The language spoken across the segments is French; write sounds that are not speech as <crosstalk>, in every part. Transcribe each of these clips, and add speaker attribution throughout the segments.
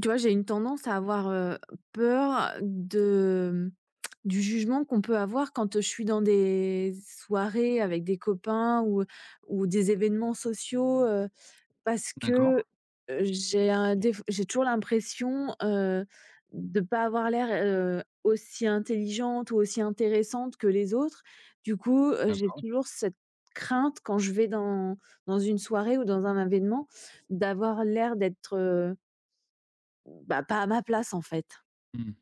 Speaker 1: Tu vois, j'ai une tendance à avoir, peur de du jugement qu'on peut avoir quand je suis dans des soirées avec des copains ou des événements sociaux, parce
Speaker 2: D'accord,
Speaker 1: que, j'ai un déf j'ai toujours l'impression, de ne pas avoir l'air, aussi intelligente ou aussi intéressante que les autres. Du coup, j'ai
Speaker 2: d'accord.
Speaker 1: toujours cette crainte quand je vais dans une soirée ou dans un événement d'avoir l'air d'être, bah, pas à ma place, en fait.
Speaker 2: Mmh.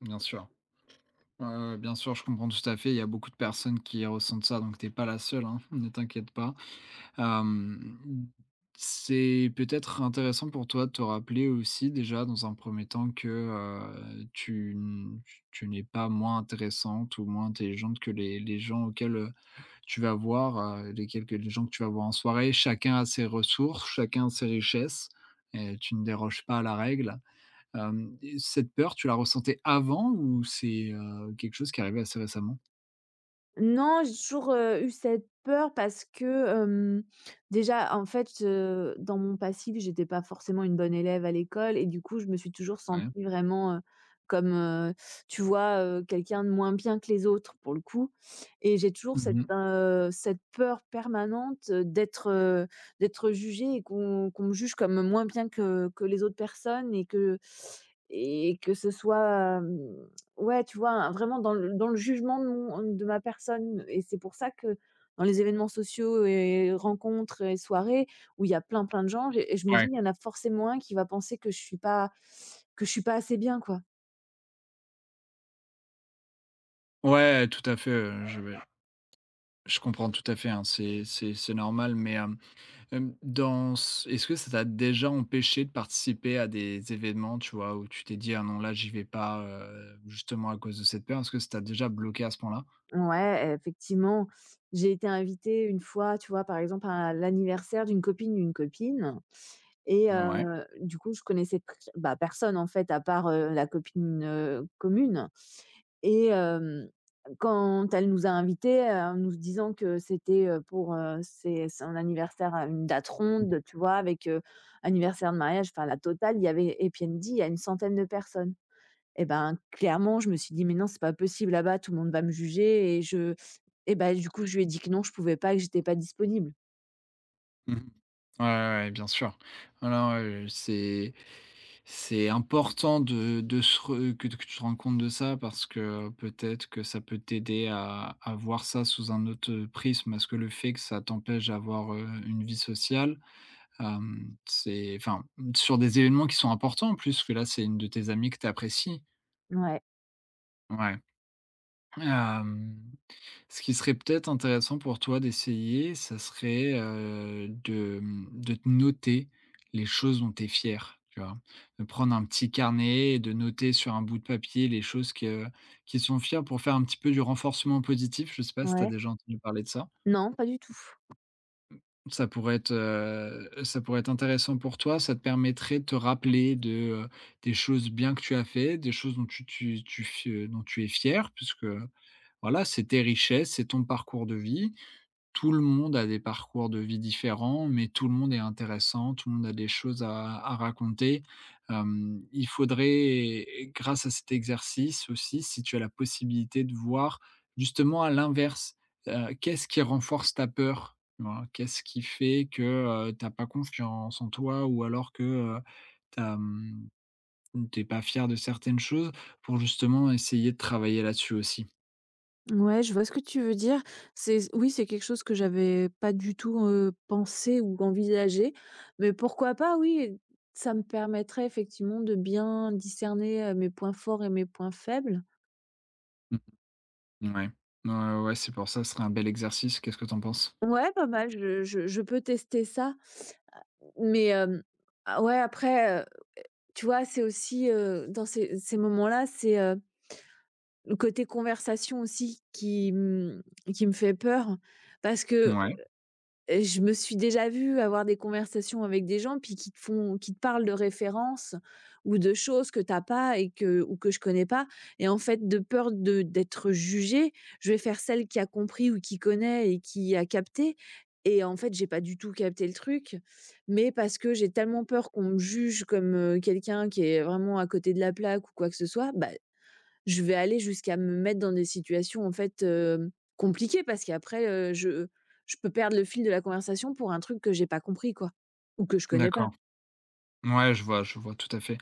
Speaker 2: Bien sûr. Ouais, ouais, ouais, bien sûr, je comprends tout à fait. Il y a beaucoup de personnes qui ressentent ça, donc t'es pas la seule, hein, <laughs> ne t'inquiète pas. Hem, c'est peut-être intéressant pour toi de te rappeler aussi déjà dans un premier temps que, tu n'es pas moins intéressante ou moins intelligente que les gens auxquels, tu vas voir, les gens que tu vas voir en soirée. Chacun a ses ressources, chacun a ses richesses et tu ne déroges pas à la règle. Et cette peur, tu la ressentais avant ou c'est, quelque chose qui est arrivé assez récemment?
Speaker 1: Non, j'ai toujours, eu cette peur parce que, hem, déjà, en fait, dans mon passif, j'étais pas forcément une bonne élève à l'école et du coup, je me suis toujours
Speaker 2: Ouais.
Speaker 1: sentie vraiment, comme, tu vois, quelqu'un de moins bien que les autres, pour le coup, et j'ai toujours cette,
Speaker 2: Mmh.
Speaker 1: cette peur permanente, d'être, d'être jugée et qu'on me juge comme moins bien que les autres personnes et que ce soit, ouais, tu vois, un vraiment dans le jugement de ma personne et c'est pour ça que dans les événements sociaux et rencontres et soirées où il y a plein, plein de gens, j'ai je me dis:
Speaker 2: Ouais.
Speaker 1: «Il y en a forcément un qui va penser que je suis pas que je suis pas assez bien, quoi».
Speaker 2: Ouais, tout à fait, je comprends tout à fait, hein, c'est c'est normal, mais, dans ce est-ce que ça t'a déjà empêché de participer à des événements, tu vois, où tu t'es dit: «Ah non, là, j'y vais pas», justement à cause de cette peur? Est-ce que ça t'a déjà bloqué à ce point-là?
Speaker 1: Ouais, effectivement, j'ai été invitée une fois, tu vois, par exemple, à l'anniversaire d'une copine et
Speaker 2: Ouais.
Speaker 1: du coup, je connaissais tr bah, personne, en fait, à part, la copine, commune. Et quand elle nous a invités, en nous disant que c'était, pour, ses son anniversaire à une date ronde, tu vois? Avec, anniversaire de mariage, enfin la totale, il y avait, et puis elle: «Il y a une centaine de personnes». Et ben, clairement, je me suis dit: «Mais non, c'est pas possible, là-bas tout le monde va me juger» et je et ben du coup, je lui ai dit que non, je pouvais pas, que j'étais pas disponible.
Speaker 2: Mmh. Ouais, ouais, ouais, bien sûr. Alors, c'est important de se re que tu te rends compte de ça parce que peut-être que ça peut t'aider à voir ça sous un autre, prisme. Parce que le fait que ça t'empêche d'avoir, une vie sociale, c'est enfin, sur des événements qui sont importants en plus, que là, c'est une de tes amies que tu apprécies.
Speaker 1: Ouais,
Speaker 2: Ouais, hem ce qui serait peut-être intéressant pour toi d'essayer, ça serait, de te noter les choses dont tu es fier, tu vois? De prendre un petit carnet et de noter sur un bout de papier les choses que qui sont fiers pour faire un petit peu du renforcement positif. Je ne sais pas si tu as
Speaker 1: ouais.
Speaker 2: déjà entendu parler de ça?
Speaker 1: Non, pas du tout.
Speaker 2: Ça pourrait être, intéressant pour toi. Ça te permettrait de te rappeler de, heu, des choses bien que tu as fait, des choses dont tu tu tu f dont tu es fier puisque, voilà, c'est tes richesses, c'est ton parcours de vie. Tout le monde a des parcours de vie différents, mais tout le monde est intéressant, tout le monde a des choses à raconter. Il faudrait, grâce à cet exercice aussi, si tu as la possibilité de voir justement à l'inverse, qu'est-ce qui renforce ta peur? Tu vois? Qu'est-ce qui fait que, tu pas confiance en toi ou alors que, tu as, mmh, pas fier de certaines choses pour justement essayer de travailler là-dessus aussi.
Speaker 1: Ouais, je vois ce que tu veux dire. C'est oui, c'est quelque chose que j'avais pas du tout, pensé ou envisagé, mais pourquoi pas, oui. Ça me permettrait effectivement de bien discerner, mes points forts et mes points faibles.
Speaker 2: Mmh. Ouais. Ouais, ouais, ouais, c'est pour ça, ce serait un bel exercice. Qu'est-ce que t'en penses?
Speaker 1: Ouais, pas mal, je peux tester ça, mais, ah ouais, après, tu vois, c'est aussi, dans ces moments-là, c'est, le côté conversation aussi qui, mmh, qui me fait peur parce que
Speaker 2: Ouais,
Speaker 1: Je me suis déjà vue avoir des conversations avec des gens, puis qui te parlent de références ou de choses que t'as pas et que ou que je connais pas, et en fait, de peur de d'être jugée, je vais faire celle qui a compris ou qui connaît et qui a capté, et en fait, j'ai pas du tout capté le truc, mais parce que j'ai tellement peur qu'on me juge comme, quelqu'un qui est vraiment à côté de la plaque ou quoi que ce soit, bah je vais aller jusqu'à me mettre dans des situations, en fait, compliquées parce qu'après, je peux perdre le fil de la conversation pour un truc que j'ai pas compris, quoi, ou que je connais pas.
Speaker 2: d'accord. Ouais, je vois tout à fait.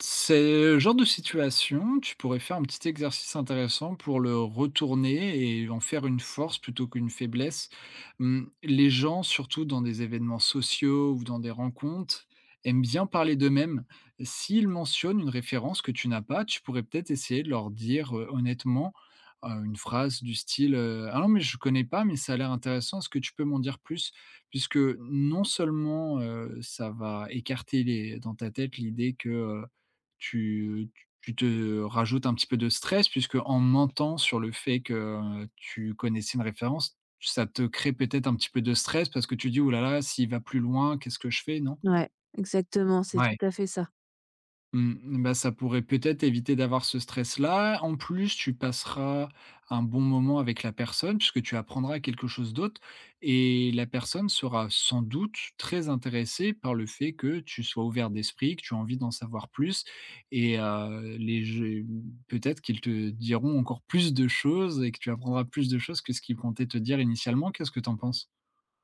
Speaker 2: C'est le genre de situation, tu pourrais faire un petit exercice intéressant pour le retourner et en faire une force plutôt qu'une faiblesse. Mmh, les gens, surtout dans des événements sociaux ou dans des rencontres, aiment bien parler d'eux-mêmes. S'ils mentionnent une référence que tu n'as pas, tu pourrais peut-être essayer de leur dire, honnêtement, une phrase du style, «Ah non, mais je connais pas, mais ça a l'air intéressant, est-ce que tu peux m'en dire plus?» puisque non seulement, ça va écarter les dans ta tête l'idée que, tu tu te rajoutes un petit peu de stress puisque en mentant sur le fait que tu connaissais une référence, ça te crée peut-être un petit peu de stress parce que tu dis: «Ouh là là, s'il va plus loin, qu'est-ce que je fais?» non?
Speaker 1: Ouais, exactement, c'est tout
Speaker 2: Ouais.
Speaker 1: à fait ça.
Speaker 2: Mmh, bah, ça pourrait peut-être éviter d'avoir ce stress-là. En plus, tu passeras un bon moment avec la personne puisque tu apprendras quelque chose d'autre et la personne sera sans doute très intéressée par le fait que tu sois ouvert d'esprit, que tu as envie d'en savoir plus et les je peut-être qu'ils te diront encore plus de choses et que tu apprendras plus de choses que ce qu'ils comptaient te dire initialement. Qu'est-ce que tu en penses?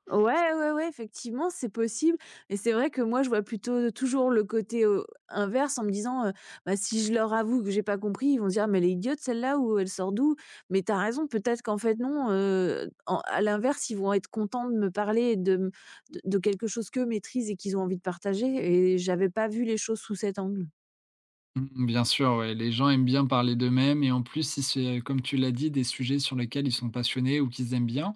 Speaker 1: Ouais, ouais, ouais, effectivement, c'est possible, et c'est vrai que moi, je vois plutôt toujours le côté, inverse en me disant, «Bah, si je leur avoue que j'ai pas compris, ils vont se dire: "Mais elle est idiote celle-là" ou "Elle sort d'où?" Mais t'as raison, peut-être qu'en fait non, en à l'inverse, ils vont être contents de me parler et de quelque chose qu'eux maîtrisent et qu'ils ont envie de partager, et j'avais pas vu les choses sous cet angle.
Speaker 2: Mmh, bien sûr, ouais, les gens aiment bien parler d'eux-mêmes et en plus, si c'est, comme tu l'as dit, des sujets sur lesquels ils sont passionnés ou qu'ils aiment bien.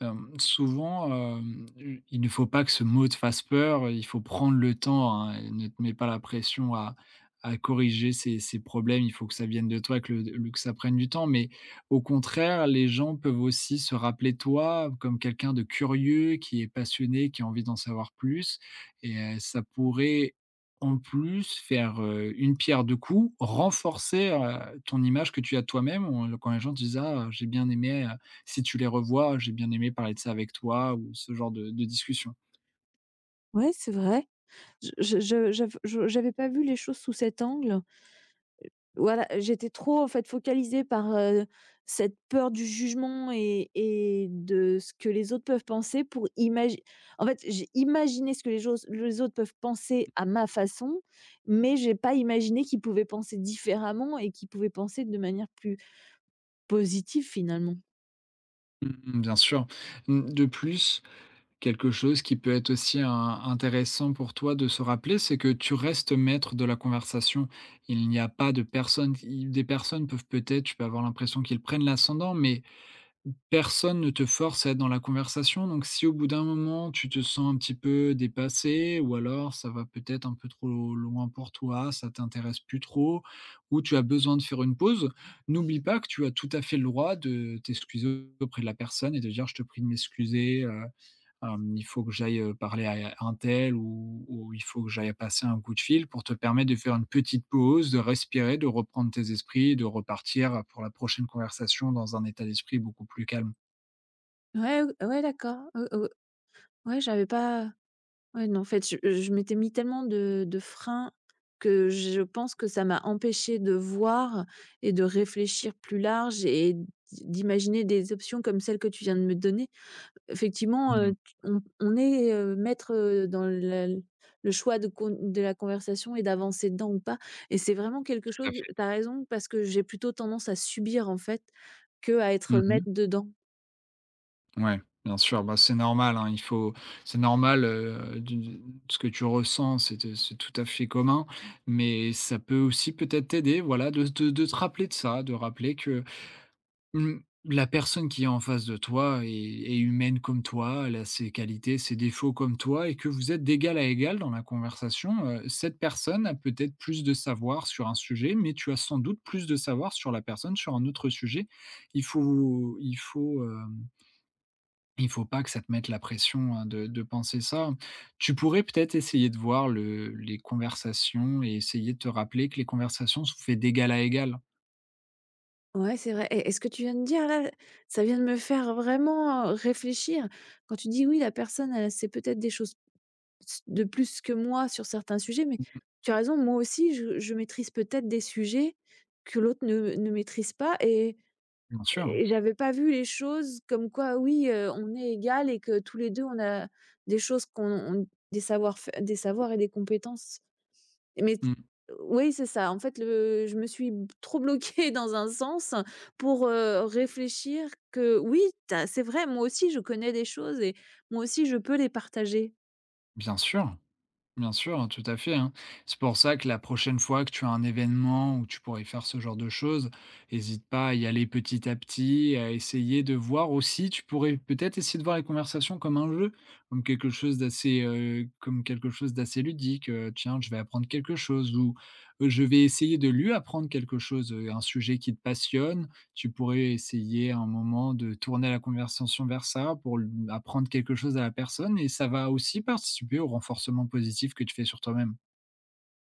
Speaker 2: Souvent, hem, il ne faut pas que ce mot te fasse peur, il faut prendre le temps, hein, et ne te mets pas la pression à corriger ces problèmes, il faut que ça vienne de toi, que le que ça prenne du temps, mais au contraire, les gens peuvent aussi se rappeler de toi comme quelqu'un de curieux, qui est passionné, qui a envie d'en savoir plus et ça pourrait en plus faire, une pierre deux coups, renforcer, ton image que tu as de toi-même, on quand les gens te disent: «Ah, j'ai bien aimé, si tu les revois, j'ai bien aimé parler de ça avec toi ou ce genre de discussion.
Speaker 1: Ouais, c'est vrai. Je j'avais pas vu les choses sous cet angle. Voilà, j'étais trop en fait focalisée par, cette peur du jugement et de ce que les autres peuvent penser pour imagi en fait, j'ai imaginé ce que les autres peuvent penser à ma façon, mais j'ai pas imaginé qu'ils pouvaient penser différemment et qu'ils pouvaient penser de manière plus positive finalement.
Speaker 2: Mmh, bien sûr. Mmh, de plus, quelque chose qui peut être aussi intéressant pour toi de se rappeler, c'est que tu restes maître de la conversation. Il n'y a pas de personnes, des personnes peuvent peut-être, tu peux avoir l'impression qu'ils prennent l'ascendant, mais personne ne te force à être dans la conversation, donc si au bout d'un moment tu te sens un petit peu dépassé ou alors ça va peut-être un peu trop loin pour toi, ça t'intéresse plus trop ou tu as besoin de faire une pause, n'oublie pas que tu as tout à fait le droit de t'excuser auprès de la personne et de dire: «Je te prie de m'excuser, heu». Il faut que j'aille, parler à untel ou il faut que j'aille passer un coup de fil pour te permettre de faire une petite pause, de respirer, de reprendre tes esprits, de repartir pour la prochaine conversation dans un état d'esprit beaucoup plus calme.
Speaker 1: Ouais, ouais, d'accord. Ouais, j'avais pas ouais, non, en fait, je m'étais mis tellement de freins que je pense que ça m'a empêché de voir et de réfléchir plus large et d'imaginer des options comme celle que tu viens de me donner. Effectivement,
Speaker 2: Mmh,
Speaker 1: tu on est, maître, dans la le choix de la conversation et d'avancer dedans ou pas, et c'est vraiment quelque
Speaker 2: tout à
Speaker 1: chose,
Speaker 2: fait.
Speaker 1: tu as raison, parce que j'ai plutôt tendance à subir, en fait, que à être
Speaker 2: Mmh.
Speaker 1: maître dedans.
Speaker 2: Ouais, bien sûr, bah, c'est normal, hein, il faut c'est normal, du ce que tu ressens, c'est tout à fait commun, mais ça peut aussi peut-être t'aider, voilà, de te rappeler de ça, de rappeler que Mmh, la personne qui est en face de toi est humaine comme toi, elle a ses qualités, ses défauts comme toi et que vous êtes d'égal à égal dans la conversation, cette personne a peut-être plus de savoir sur un sujet, mais tu as sans doute plus de savoir sur la personne sur un autre sujet. Il faut il faut, hem, il faut pas que ça te mette la pression, hein, de penser ça. Tu pourrais peut-être essayer de voir le les conversations et essayer de te rappeler que les conversations sont faites d'égal à égal.
Speaker 1: Ouais, c'est vrai, et ce que tu viens de dire là, ça vient de me faire vraiment, réfléchir. Quand tu dis: «Oui, la personne, elle sait peut-être des choses s de plus que moi sur certains sujets», mais tu as raison, moi aussi je maîtrise peut-être des sujets que l'autre ne maîtrise pas, et
Speaker 2: Bien sûr.
Speaker 1: et j'avais pas vu les choses comme quoi oui, on est égal et que tous les 2 on a des choses qu'on on des savoirs et des compétences. Mais t
Speaker 2: Mmh.
Speaker 1: oui, c'est ça. En fait, le je me suis b trop bloquée <laughs> dans un sens pour, réfléchir que oui, tu c'est vrai, moi aussi je connais des choses, et moi aussi je peux les partager.
Speaker 2: Bien sûr. Bien sûr, hein, tout à fait, hein. C'est pour ça que la prochaine fois que tu as un événement où tu pourrais faire ce genre de choses, hésite pas à y aller petit à petit, à essayer de voir aussi, tu pourrais peut-être essayer de voir les conversations comme un jeu, comme quelque chose d'assez ludique, tiens, je vais apprendre quelque chose ou, je vais essayer de lui apprendre quelque chose, un sujet qui te passionne. Tu pourrais essayer à un moment de tourner la conversation vers ça pour apprendre quelque chose à la personne et ça va aussi participer au renforcement positif que tu fais sur toi-même.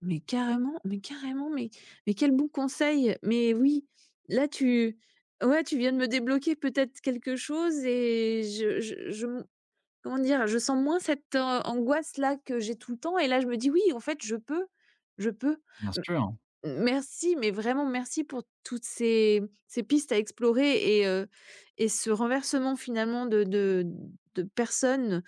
Speaker 1: Mais carrément, mais carrément, mais quel bon conseil! Mais oui, là tu ouais, tu viens de me débloquer peut-être quelque chose et je m comment dire? Je sens moins cette, angoisse là que j'ai tout le temps et là je me dis: «Oui, en fait je peux, je peux».
Speaker 2: Bien sûr,
Speaker 1: Merci, mais vraiment merci pour toutes ces pistes à explorer et ce renversement finalement de personnes,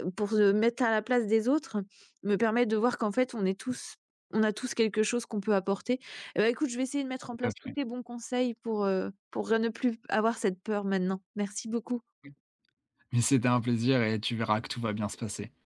Speaker 1: pour se mettre à la place des autres, me permet de voir qu'en fait on est tous on a tous quelque chose qu'on peut apporter. Et ben écoute, je vais essayer de mettre en
Speaker 2: tout à
Speaker 1: place tous
Speaker 2: fait.
Speaker 1: tes bons conseils pour ne plus avoir cette peur maintenant. Merci beaucoup.
Speaker 2: Mais c'était un plaisir et tu verras que tout va bien se passer.